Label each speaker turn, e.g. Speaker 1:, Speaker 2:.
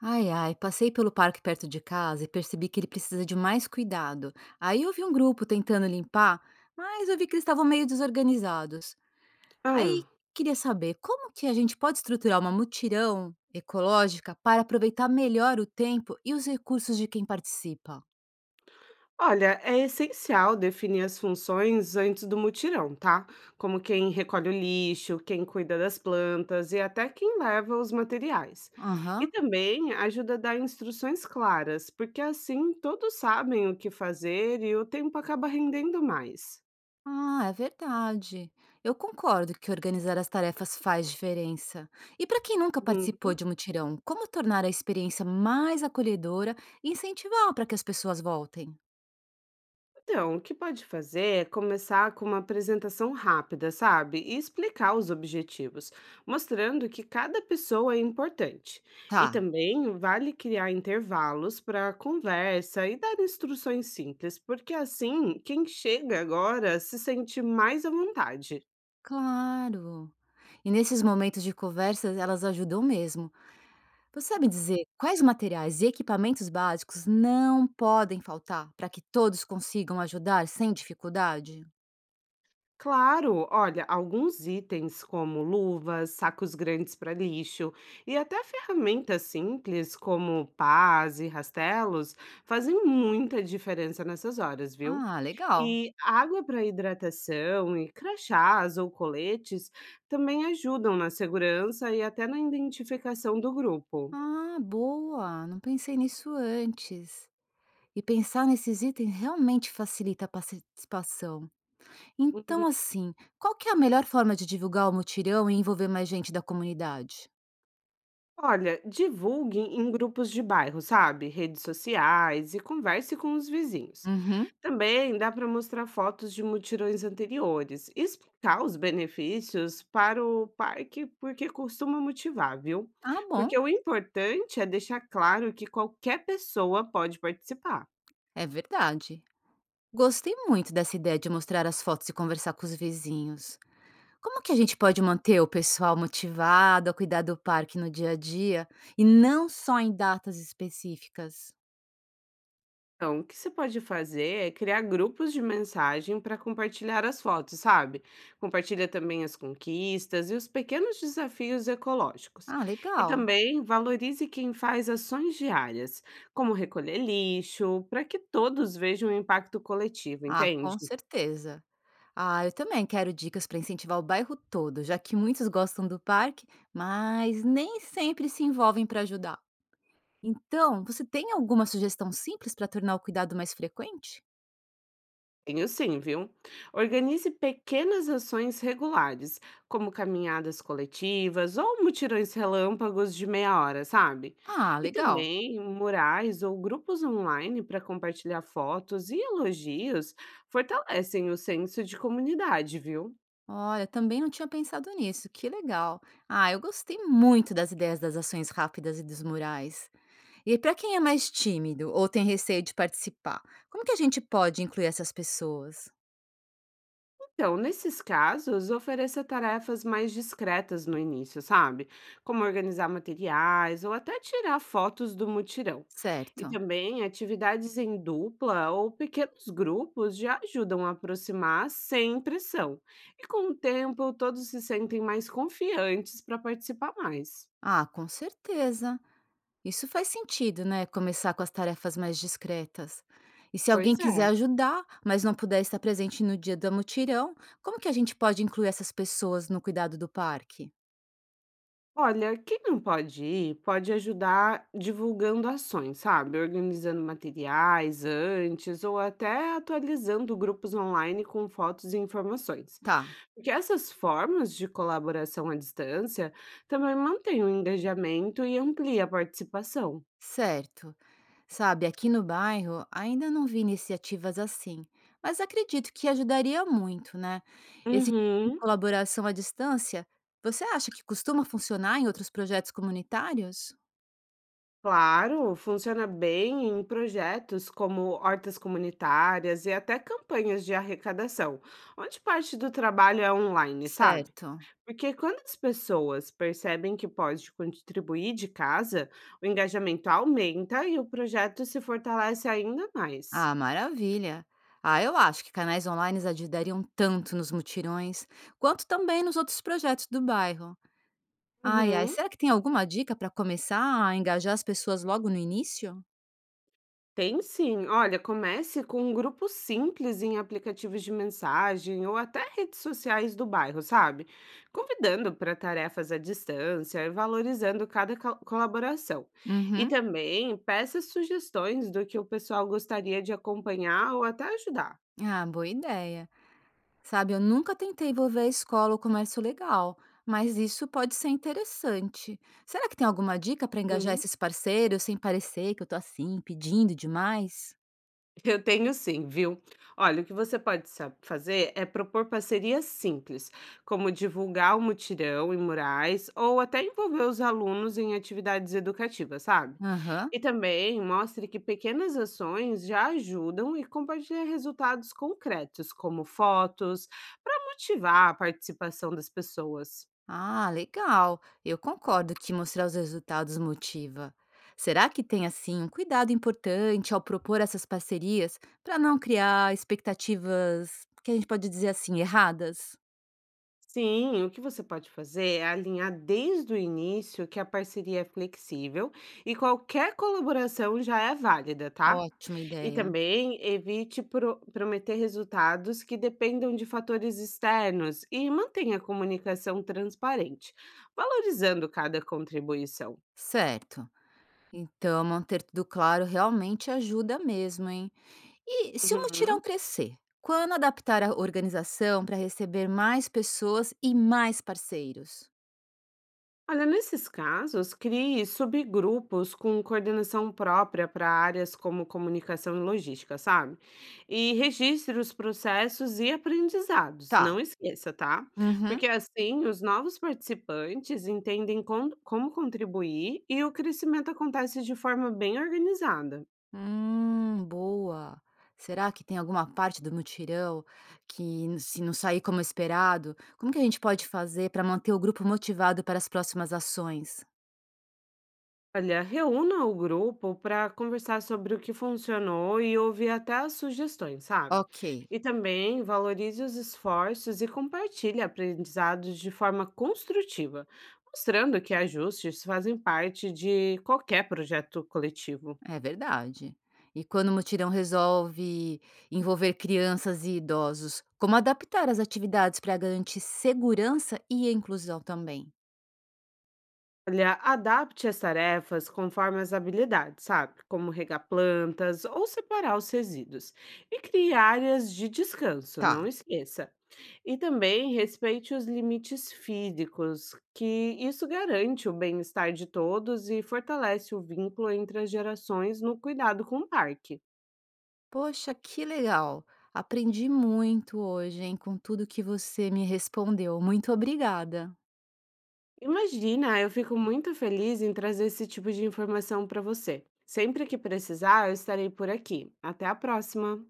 Speaker 1: Ai, ai, passei pelo parque perto de casa e percebi que ele precisa de mais cuidado. Aí eu vi um grupo tentando limpar, mas eu vi que eles estavam meio desorganizados.
Speaker 2: Hã.
Speaker 1: Aí queria saber como que a gente pode estruturar uma mutirão ecológica para aproveitar melhor o tempo e os recursos de quem participa.
Speaker 2: Olha, é essencial definir as funções antes do mutirão, tá? Como quem recolhe o lixo, quem cuida das plantas e até quem leva os materiais. E
Speaker 1: Aham.
Speaker 2: também ajuda a dar instruções claras, porque assim todos sabem o que fazer e o tempo acaba rendendo mais.
Speaker 1: Ah, é verdade. Eu concordo que organizar as tarefas faz diferença. E para quem nunca participou de um mutirão, como tornar a experiência mais acolhedora e incentivar para que as pessoas voltem?
Speaker 2: Então, o que pode fazer é começar com uma apresentação rápida, sabe? E explicar os objetivos, mostrando que cada pessoa é importante. E
Speaker 1: Tá,
Speaker 2: também vale criar intervalos para conversa e dar instruções simples, porque assim quem chega agora se sente mais à vontade.
Speaker 1: claro. E nesses momentos de conversa, elas ajudam mesmo. Você sabe dizer quais materiais e equipamentos básicos não podem faltar para que todos consigam ajudar sem dificuldade?
Speaker 2: Claro, olha, alguns itens como luvas, sacos grandes para lixo e até ferramentas simples como pás e rastelos fazem muita diferença nessas horas, viu?
Speaker 1: Ah, legal.
Speaker 2: E água para hidratação e crachás ou coletes também ajudam na segurança e até na identificação do grupo.
Speaker 1: Ah, boa. Não pensei nisso antes. E pensar nesses itens realmente facilita a participação.
Speaker 2: Uhum.
Speaker 1: Então, assim, qual que é a melhor forma de divulgar o mutirão e envolver mais gente da comunidade?
Speaker 2: Olha, divulgue em grupos de bairro, sabe? Redes sociais e converse com os vizinhos.
Speaker 1: Uhum.
Speaker 2: Também dá para mostrar fotos de mutirões anteriores e explicar os benefícios para o parque, porque costuma motivar, viu?
Speaker 1: Ah, bom,
Speaker 2: Porque o importante é deixar claro que qualquer pessoa pode participar.
Speaker 1: é verdade. Gostei muito dessa ideia de mostrar as fotos e conversar com os vizinhos. Como que a gente pode manter o pessoal motivado a cuidar do parque no dia a dia e não só em datas específicas?
Speaker 2: Então, o que você pode fazer é criar grupos de mensagem para compartilhar as fotos, sabe? Compartilha também as conquistas e os pequenos desafios ecológicos.
Speaker 1: Ah,
Speaker 2: E
Speaker 1: legal.
Speaker 2: também valorize quem faz ações diárias, como recolher lixo, para que todos vejam o impacto coletivo,
Speaker 1: Ah,
Speaker 2: entende?
Speaker 1: com certeza. Ah, eu também quero dicas para incentivar o bairro todo, já que muitos gostam do parque, mas nem sempre se envolvem para ajudar. Então, você tem alguma sugestão simples para tornar o cuidado mais frequente?
Speaker 2: Tenho sim, viu? Organize pequenas ações regulares, como caminhadas coletivas ou mutirões relâmpagos de meia hora, sabe?
Speaker 1: Ah,
Speaker 2: E
Speaker 1: legal.
Speaker 2: também murais ou grupos online para compartilhar fotos e elogios fortalecem o senso de comunidade, viu?
Speaker 1: Olha, também não tinha pensado nisso. Que legal. Ah, eu gostei muito das ideias das ações rápidas e dos murais. E para quem é mais tímido ou tem receio de participar, como que a gente pode incluir essas pessoas?
Speaker 2: Então, nesses casos, ofereça tarefas mais discretas no início, sabe? Como organizar materiais ou até tirar fotos do mutirão. E
Speaker 1: Certo.
Speaker 2: também atividades em dupla ou pequenos grupos já ajudam a aproximar sem pressão. E com o tempo, todos se sentem mais confiantes para participar mais.
Speaker 1: Ah, com certeza. Isso faz sentido, né, começar com as tarefas mais discretas. E se alguém
Speaker 2: Pois é.
Speaker 1: quiser ajudar, mas não puder estar presente no dia do mutirão, como que a gente pode incluir essas pessoas no cuidado do parque?
Speaker 2: Olha, quem não pode ir, pode ajudar divulgando ações, sabe? Organizando materiais antes ou até atualizando grupos online com fotos e informações.
Speaker 1: Tá,
Speaker 2: Porque essas formas de colaboração à distância também mantêm o engajamento e amplia a participação.
Speaker 1: certo. Sabe, aqui no bairro ainda não vi iniciativas assim, mas acredito que ajudaria muito, né? Esse tipo de
Speaker 2: Uhum.
Speaker 1: colaboração à distância, você acha que costuma funcionar em outros projetos comunitários?
Speaker 2: Claro, funciona bem em projetos como hortas comunitárias e até campanhas de arrecadação, onde parte do trabalho é online, sabe?
Speaker 1: Certo.
Speaker 2: Porque quando as pessoas percebem que pode contribuir de casa, o engajamento aumenta e o projeto se fortalece ainda mais.
Speaker 1: Ah, maravilha. Ah, eu acho que canais online ajudariam tanto nos mutirões, quanto também nos outros projetos do bairro. Ai, ai,
Speaker 2: Uhum,
Speaker 1: será que tem alguma dica para começar a engajar as pessoas logo no início?
Speaker 2: tem sim. Olha, comece com um grupo simples em aplicativos de mensagem ou até redes sociais do bairro, sabe? Convidando para tarefas à distância e valorizando cada colaboração. E
Speaker 1: Uhum.
Speaker 2: também peça sugestões do que o pessoal gostaria de acompanhar ou até ajudar.
Speaker 1: Ah, boa ideia. Sabe, eu nunca tentei envolver a escola ou comércio legal, mas isso pode ser interessante. Será que tem alguma dica para engajar
Speaker 2: Uhum.
Speaker 1: esses parceiros sem parecer que eu tô assim, pedindo demais?
Speaker 2: Eu tenho sim, viu? Olha, o que você pode fazer é propor parcerias simples, como divulgar o mutirão em murais ou até envolver os alunos em atividades educativas, sabe?
Speaker 1: Aham.
Speaker 2: E também mostre que pequenas ações já ajudam e compartilhe resultados concretos, como fotos, para motivar a participação das pessoas.
Speaker 1: Ah, legal. Eu concordo que mostrar os resultados motiva. Será que tem assim um cuidado importante ao propor essas parcerias para não criar expectativas que a gente pode dizer assim erradas?
Speaker 2: Sim, o que você pode fazer é alinhar desde o início que a parceria é flexível e qualquer colaboração já é válida, tá?
Speaker 1: Ótima
Speaker 2: E
Speaker 1: ideia.
Speaker 2: também evite prometer resultados que dependam de fatores externos e mantenha a comunicação transparente, valorizando cada contribuição.
Speaker 1: Certo. Então, manter tudo claro realmente ajuda mesmo, hein? E se o mutirão
Speaker 2: Uhum.
Speaker 1: crescer, quando adaptar a organização para receber mais pessoas e mais parceiros?
Speaker 2: Olha, nesses casos, crie subgrupos com coordenação própria para áreas como comunicação e logística, sabe? E registre os processos e aprendizados,
Speaker 1: Tá.
Speaker 2: não esqueça, tá?
Speaker 1: Uhum.
Speaker 2: Porque assim os novos participantes entendem como contribuir e o crescimento acontece de forma bem organizada.
Speaker 1: Boa. Será que tem alguma parte do mutirão que, se não sair como esperado, como que a gente pode fazer para manter o grupo motivado para as próximas ações?
Speaker 2: Olha, reúna o grupo para conversar sobre o que funcionou e ouvir até as sugestões, sabe?
Speaker 1: Ok,
Speaker 2: E também valorize os esforços e compartilhe aprendizados de forma construtiva, mostrando que ajustes fazem parte de qualquer projeto coletivo.
Speaker 1: é verdade. E quando o mutirão resolve envolver crianças e idosos, como adaptar as atividades para garantir segurança e inclusão também?
Speaker 2: Olha, adapte as tarefas conforme as habilidades, sabe? Como regar plantas ou separar os resíduos. E crie áreas de descanso, não
Speaker 1: Tá.
Speaker 2: esqueça. E também respeite os limites físicos, que isso garante o bem-estar de todos e fortalece o vínculo entre as gerações no cuidado com o parque.
Speaker 1: Poxa, que legal. Aprendi muito hoje, hein, com tudo que você me respondeu. Muito obrigada.
Speaker 2: Imagina, eu fico muito feliz em trazer esse tipo de informação para você. Sempre que precisar, eu estarei por aqui. Até a próxima!